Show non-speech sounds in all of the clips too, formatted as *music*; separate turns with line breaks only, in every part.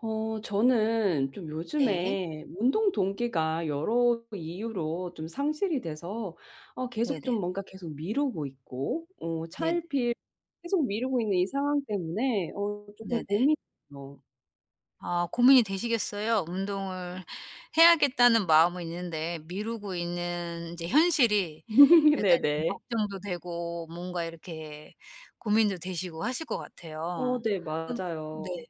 저는 좀
네.
요즘에 운동 동기가 여러 이유로 좀 상실이 돼서 계속 좀
네네.
뭔가 계속 미루고 있고
네네.
차일피일 계속 미루고 있는 이 상황 때문에 조금
네네.
고민이에요.
아 고민이 되시겠어요. 운동을 해야겠다는 마음은 있는데 미루고 있는 이제 현실이
*laughs*
약간 좀
네네.
걱정도 되고 뭔가 이렇게 고민도 되시고 하실 것
어
같아요.
네
음 네.
맞아요.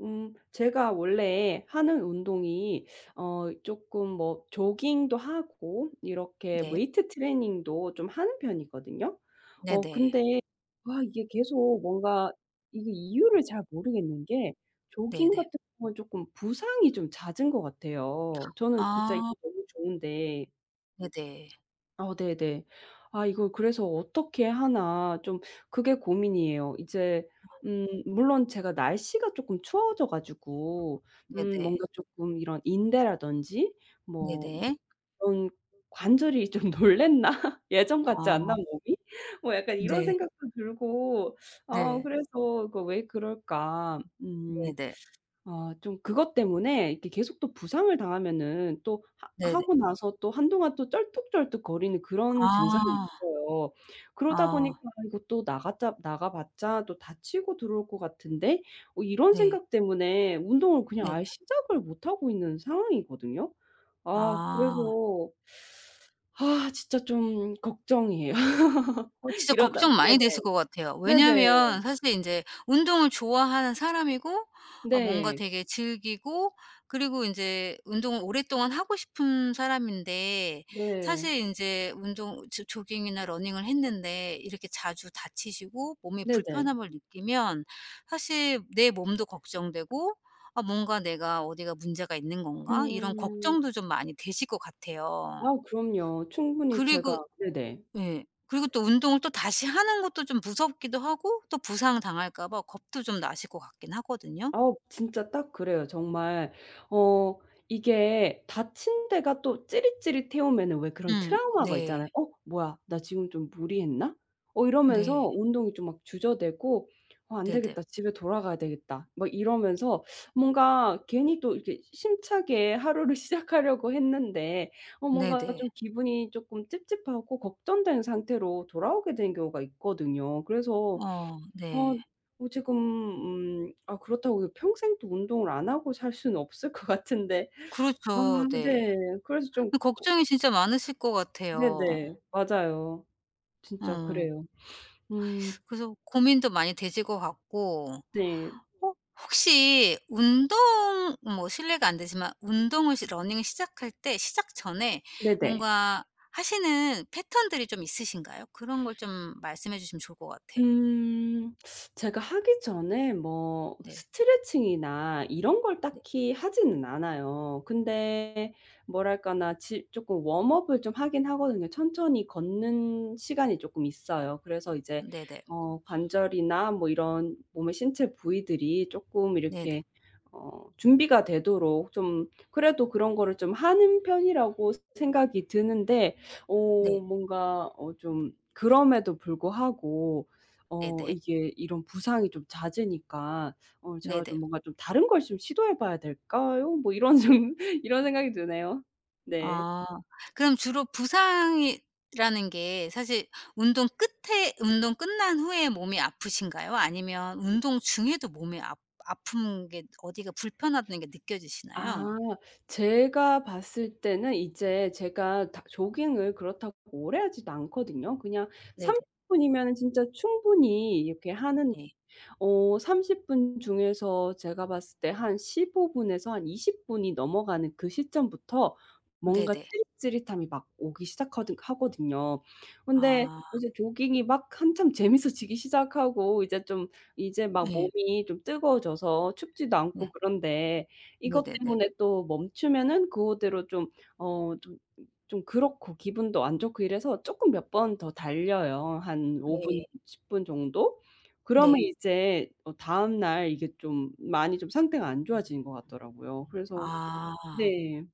제가 원래 하는 운동이 조금 뭐 조깅도 하고 이렇게
네.
웨이트 트레이닝도 좀 하는 편이거든요.
네네.
근데 와, 이게 계속 뭔가 이게 이유를 잘 모르겠는 게 조깅
네네.
같은 경우는 조금 부상이 좀 잦은 것 같아요. 저는 진짜 이게
아
너무 좋은데.
네네.
네네. 이걸 그래서 어떻게 하나, 좀 그게 고민이에요. 이제 물론 제가 날씨가 조금 추워져 가지고
네네.
뭔가 조금 이런 인대라든지 뭐
네네.
그런 '관절이 좀 *laughs* 놀랬나? *laughs* 예전 같지
아
않나 몸이?' 뭐 약간 이런
네.
생각도 들고
네.
그래서 '이거 왜 그럴까?'
네네.
좀 그것 때문에 이렇게 계속 또 부상을 당하면은 또 하
네네.
하고 나서 또 한동안 또 쩔뚝쩔뚝거리는 그런 증상이
아.
있어요. 그러다
아
보니까 '이거 또 나가자, 나가봤자 또 다치고 들어올 것 같은데?' 이런
네.
생각 때문에 운동을 그냥
네네.
아예 시작을 못 하고 있는 상황이거든요. 그래서
아.
진짜 좀 걱정이에요.
어
*laughs*
진짜
이러다가
걱정 많이
네네.
되실 것 같아요.
네네.
왜냐면 사실 인제 운동을 좋아하는 사람이고 어 뭔가
네.
되게 즐기고 그리고 인제 운동을 오랫동안 하고 싶은 사람인데
네.
사실 인제 운동 조 조깅이나 러닝을 했는데 이렇게 자주 다치시고 몸에
네네.
불편함을 느끼면 사실 내 몸도 걱정되고 "아 뭔가 내가 어디가 문제가 있는 건가?" 이런
음.
걱정도 좀 많이 되실 것 같아요.
그럼요. 충분히 제가.
그리고
네네.
예. 그리고 또 운동을 또 다시 하는 것도 좀 무섭기도 하고 또 부상당할까 봐 겁도 좀 나실 것 같긴 하거든요.
진짜 딱 그래요. 정말 어 이게, 다친 데가 또 찌릿찌릿해 오면은 왜 그런
음.
트라우마가
네.
있잖아요. '어 뭐야. 나 지금 좀 무리했나?' 이러면서
네.
운동이 좀 막 주저되고 '어 안
네네.
되겠다. 집에 돌아가야 되겠다.' 막 이러면서 뭔가 괜히 또 이렇게 심차게 하루를 *laughs* 시작하려고 했는데 뭔가
네네.
좀 기분이 쪼끔 찝찝하고 걱정된 상태로 돌아오게 된 경우가 있거든요. 그래서
어 네.
어 지금 그렇다고 평생 또 운동을 안 하고 살 수는 없을 것 같은데. 아
그렇죠. 네.
네. 그래서 좀.
걱정이 진짜 많으실 것 같아요.
네네. 맞아요. 진짜
어.
그래요. 음.
그래서 고민도 많이 되실 것 같고
네.
어 혹시 운동 뭐 실례가 안 되지만 운동을 시 러닝을 시작할 때 시작 전에
네네.
뭔가 하시는 패턴들이 좀 있으신가요? 그런 걸 좀 말씀해 주시면 좋을 것 같아요.
음. 제가 하기 전에 뭐
네.
스트레칭이나 이런 걸
네.
딱히 하지는 않아요. 근데 뭐랄까나, 지 쪼끔 웜업을 좀 하긴 하거든요. 천천히 걷는 시간이 쪼끔 있어요. 그래서 이제
네네.
관절이나 뭐 이런 몸의 신체 부위들이 쪼끔
네네.
이렇게 준비가 되도록 좀 그래도 그런 거를 좀 하는 편이라고 생각이 드는데,
네.
뭔가 좀 그럼에도 불구하고
네네.
이게 이런 부상이 좀 잦으니까 제가
네네.
좀 뭔가 좀 '다른 걸 좀 시도해 봐야 될까요?' 뭐 이런 *laughs*
네.
좀 이런 생각이 드네요. 네.
아 그럼 주로 부상이라는 게 사실 운동 끝에 운동 끝난 후에 몸이 아프신가요? 아니면 운동 중에도 몸이 아픈 게 어디가 불편하다는 게
아
느껴지시나요?
제가 봤을 때는 이제 제가 다 조깅을 그렇다고 오래 하지도 않거든요. 그냥
네네.
30 분이면은 진짜 충분히 이렇게 하는,
네.
30분 중에서 제가 봤을 때 한 15 분에서 한 20 분이 넘어가는 그 시점부터 뭔가
네네.
찌릿찌릿함이 막 오기 시작하든 하거든요. 근데
아
이제 조깅이 막 한참 재밌어지기 시작하고 이제 좀 이제 막
예.
몸이 좀 뜨거워져서 춥지도
네.
않고 그런데, 이것
네네네.
때문에 또 멈추면은 그거대로 어 좀 좀 그렇고 기분도 안 좋고 이래서 조금 몇 번 더 달려요. 한 5분,
예.
10분 정도? 그러면
네.
이제 다음 날 이게 좀 많이 좀 상태가 안 좋아지는 것 같더라고요. 그래서.
아.
네.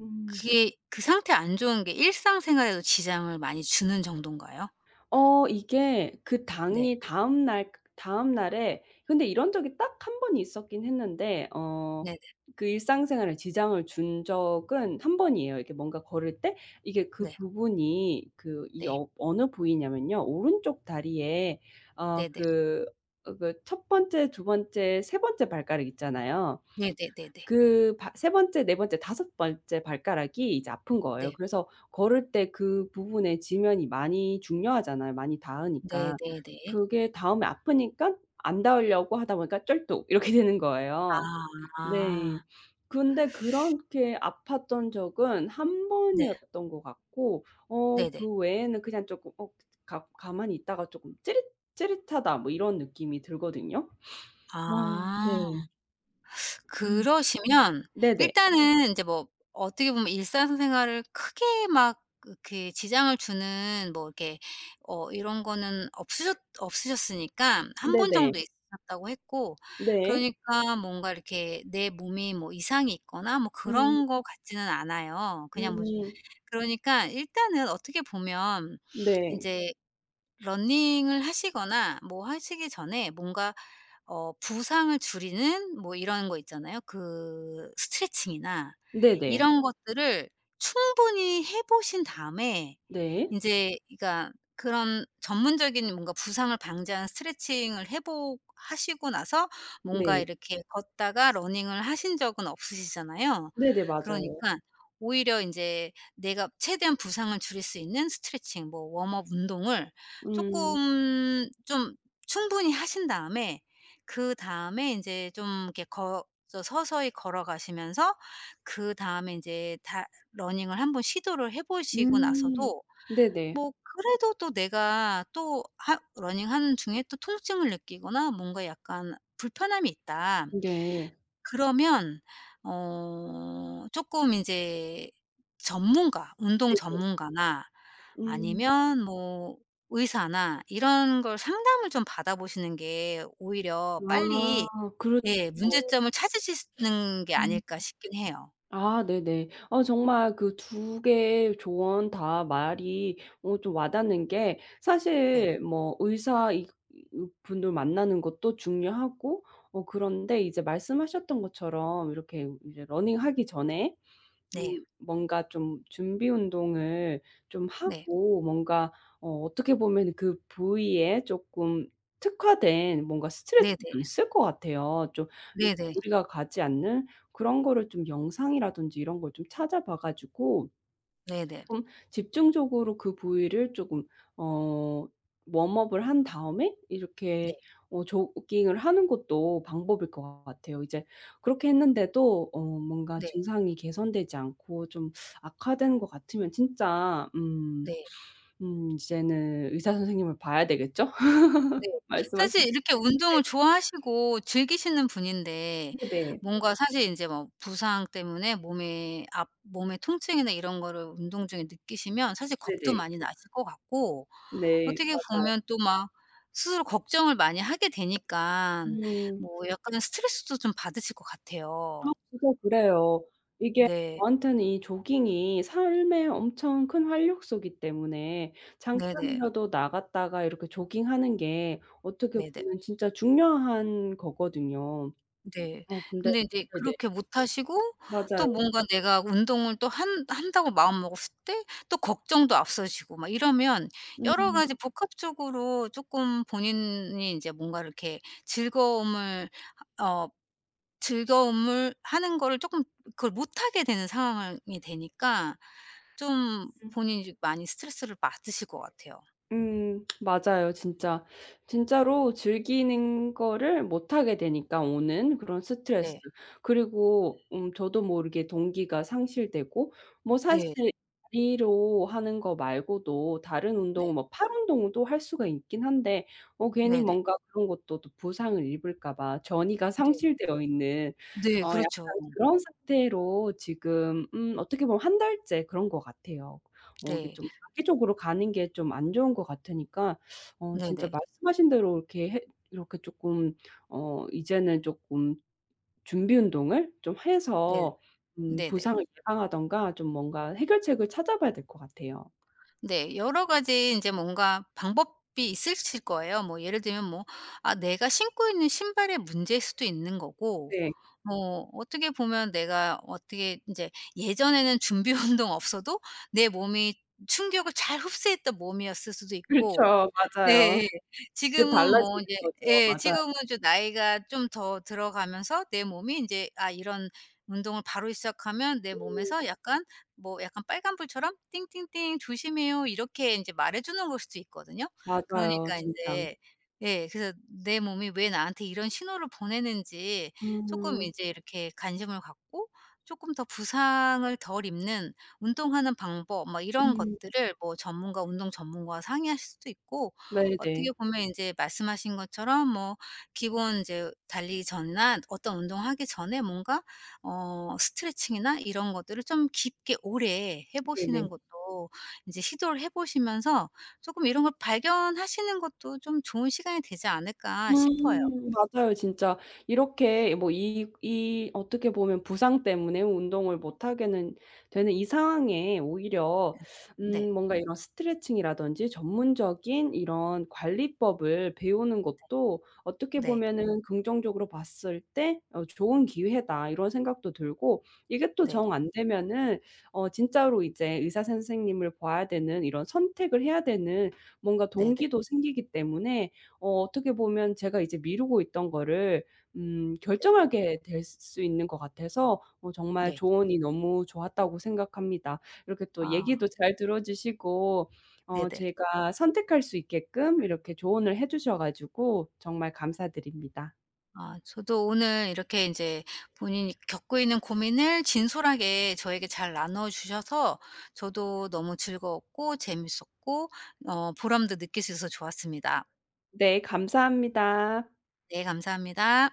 음.
그게 그 상태 안 좋은 게 일상생활에도 지장을 많이 주는 정도인가요?
이게 그
네.
당이 다음 날 다음 날에, 근데 이런 적이 딱 한 번 있었긴 했는데,
네네.
그 일상생활에 지장을 준 적은 한 번이에요. 이게 뭔가 걸을 때 이게 그
네.
부분이, 그 이
네.
어느 부위냐면요, 오른쪽 다리에 어
네네.
그 그 첫 번째, 두 번째, 세 번째 발가락 있잖아요.
네네네네.
그 바 세 번째, 네 번째, 다섯 번째 발가락이 이제 아픈 거예요.
네.
그래서 걸을 때 그 부분에 지면이 많이 중요하잖아요, 많이 닿으니까.
네네네.
그게 닿으면 아프니까 안 닿으려고 하다 보니까 쩔뚝 이렇게 *laughs* 되는 거예요. 네.
아.
근데 그렇게 아팠던 적은 한
네.
번이었던 것 같고,
네네.
그 외에는 그냥 쪼끔 어 가 가만히 있다가 쪼끔 '찌릿 찌릿하다.' 뭐 이런 느낌이 들거든요.
아.
네. 음.
그러시면
네네.
일단은 이제 뭐 어떻게 보면 일상생활을 크게 막 그렇게 지장을 주는 뭐 이렇게 어 이런 거는 없으셨으니까 한 번
네네.
정도 있으셨다고 했고
네.
그러니까 뭔가 이렇게 내 몸이 뭐 이상이 있거나 뭐
음.
그런 것 같지는 않아요. 그냥 뭐
음.
그러니까 일단은 어떻게 보면
네.
인제 러닝을 하시거나 뭐 하시기 전에 뭔가 어 부상을 줄이는 뭐 이런 거 있잖아요. 그 스트레칭이나
네네.
이런 것들을 충분히 해 보신 다음에
네.
이제 그러니까 그런 전문적인 뭔가 부상을 방지하는 스트레칭을 해보 하시고 나서 뭔가
네.
이렇게 걷다가 러닝을 하신 적은 없으시잖아요.
네네. 맞아요.
그러니까 오히려 이제 내가 최대한 부상을 줄일 수 있는 스트레칭 뭐 웜업 운동을
음.
조금 좀 충분히 하신 다음에 그다음에 이제 좀 이렇게 거 저 서서히 걸어가시면서 그다음에 이제 다 러닝을 한번 시도를 해 보시고
음.
나서도
네네.
뭐 그래도 또 내가 또 하 러닝하는 중에 또 통증을 느끼거나 뭔가 약간 불편함이 있다.
네.
그러면 어금이제 전문가 운동
네네.
전문가나
음.
아니면 뭐 의사나 이런 걸 상담을 좀 받아보시는 게 오히려 빨리
그렇죠.
예 문제점을 찾으시는 게
음.
아닐까 싶긴 해요.
네네. 정말 그 두 개의 조언 다 말이 좀 와닿는 게,
네.
사실 뭐 의사 이 분들 만나는 것도 중요하고, 그런데 이제 말씀하셨던 것처럼 이렇게 이제 러닝하기 전에
네.
뭔가 좀 준비 운동을 좀
네.
하고, 뭔가 어떻게 보면 그 부위에 조금 특화된 뭔가
네네.
스트레칭도 있을 것 같아요. 좀 이
네네.
우리가 가지 않는 그런 거를 좀 영상이라든지 이런 걸 좀 찾아봐 가지고
네네.
쪼끔 집중적으로 그 부위를 쪼금 어 웜업을 한 다음에
네.
이렇게 조깅을 하는 것도 방법일 것 같아요. 이제 그렇게 했는데도 뭔가
네.
증상이 개선되지 않고 좀 악화된 것 같으면, 진짜
네.
이제는 의사 선생님을 봐야 되겠죠?
네.
*laughs* 말씀하신.
사실 이렇게
네.
운동을 좋아하시고 즐기시는 분인데
네네.
뭔가 사실 인제 뭐 부상 때문에 몸에 몸의 통증이나 이런 거를 운동 중에 느끼시면 사실 겁도
네네.
많이 나실 것 같고
네.
어떻게
맞아요.
보면 또 막 스스로 걱정을 많이 하게 되니깐
음.
뭐 약간 스트레스도 좀 받으실 것 같아요.
진짜 그래요. 이게
네.
저한테는 이 조깅이 삶의 엄청 큰 활력소이기 때문에,
네네.
잠깐이라도 나갔다가 이렇게 조깅하는 게 어떻게
네네.
보면 진짜 중요한 거거든요.
네.
근데.
근데 이제
네네.
그렇게 못 하시고 또
맞아요.
뭔가 내가 운동을 또 한 한다고 마음먹었을 때 또 걱정도 앞서시고 막 이러면 여러
음.
가지 복합적으로 쪼끔 본인이 인제 뭔가 이렇게 즐거움을 어 즐거움을 하는 거를 쪼끔 그걸 못하게 되는 상황이 되니까 좀 본인이 좀 많이 스트레스를 받으실 것 같아요.
맞아요, 진짜. 진짜로 즐기는 거를 못 하게 되니까 오는 그런 스트레스.
네.
그리고 저도 모르게 동기가 상실되고, 뭐
네.
사실 다리로 하는 거 말고도 다른
네.
운동, 뭐 팔 운동도 할 수가 있긴 한데 괜히
네네.
뭔가 그런 것도 또 부상을 입을까 봐 전이가
네.
상실되어 있는,
네.
약간
그렇죠.
그런 상태로 지금, 어떻게 보면 한 달째 그런 것 같아요. 이게
네.
좀 이쪽으로 가는 게 좀 안 좋은 것 같으니까, 진짜
네네.
말씀하신 대로 이렇게 해 이렇게 쪼끔, 이제는 쪼끔 준비 운동을 좀
네.
해서
네네.
부상을 예방하든가 좀 뭔가 해결책을 찾아봐야 될 것 같아요.
네. 여러 가지 이제 뭔가 방법이 있으실 거예요. 뭐 예를 들면 뭐 아 내가 신고 있는 신발의 문제일 수도 있는 거고
네.
뭐 어떻게 보면 내가 어떻게 이제 예전에는 준비 *laughs* 운동 없어도 내 몸이 충격을 잘 흡수했던 몸이었을 수도
*laughs*
있고
그렇죠.
예예.
맞아요. 이제
지금은 뭐
달라지는
인제
거죠.
예
맞아요.
지금은 좀 나이가 좀 더 들어가면서 내 몸이 인제 아 이런 운동을 바로 시작하면 내
음.
몸에서 약간 뭐 약간 빨간불처럼 "띵띵띵 조심해요." 이렇게 인제 말해 주는 걸 수도 있거든요.
맞아요,
그러니까
진짜.
인제 예 그래서 내 몸이 왜 나한테 이런 신호를 보내는지 쪼끔
음.
이제 이렇게 관심을 갖고 쪼끔 더 부상을 덜 입는 운동하는 방법 막 이런
음.
것들을 뭐 전문가 운동 전문가와 상의하실 수도 있고 어떻게
네네.
보면 인제 말씀하신 것처럼 뭐 기본 인제 달리기 전이나 어떤 운동하기 전에 뭔가 어 스트레칭이나 이런 것들을 좀 깊게 오래 해 보시는
네네.
것도 인제 시도를 해 보시면서 쪼끔 이런 걸 발견하시는 것도 좀 좋은 시간이 되지 않을까 싶어요.
맞아요, 진짜. 이렇게 뭐 이 어떻게 보면 부상 때문에 운동을 못 하게는 되는 이 상황에, 오히려
네.
뭔가 이런 스트레칭이라든지 전문적인 이런 관리법을 배우는 것도, 어떻게
네.
보면은 긍정적으로 봤을 때 '좋은 기회다.' 이런 생각도 들고, 이게 또
네.
정 안 되면은 진짜로 이제 의사 선생님을 봐야 되는, 이런 선택을 해야 되는 뭔가
네네.
동기도 생기기 때문에, 어떻게 보면 제가 이제 미루고 있던 거를
네네. 네.
결정하게 될 수 있는 것 같아서,
네.
정말
네.
조언이 너무 좋았다고 생각합니다. 이렇게 또
아
얘기도 잘 들어 주시고
네네.
제가 선택할 수 있게끔 이렇게 조언을 해 주셔 가지고 정말 감사드립니다.
아 저도 오늘 이렇게 이제 본인이 겪고 있는 고민을 진솔하게 저에게 잘 나눠 주셔서 저도 너무 즐거웠고 재밌었고 어 보람도 느낄 수 있어서 좋았습니다.
네, 감사합니다.
네 감사합니다.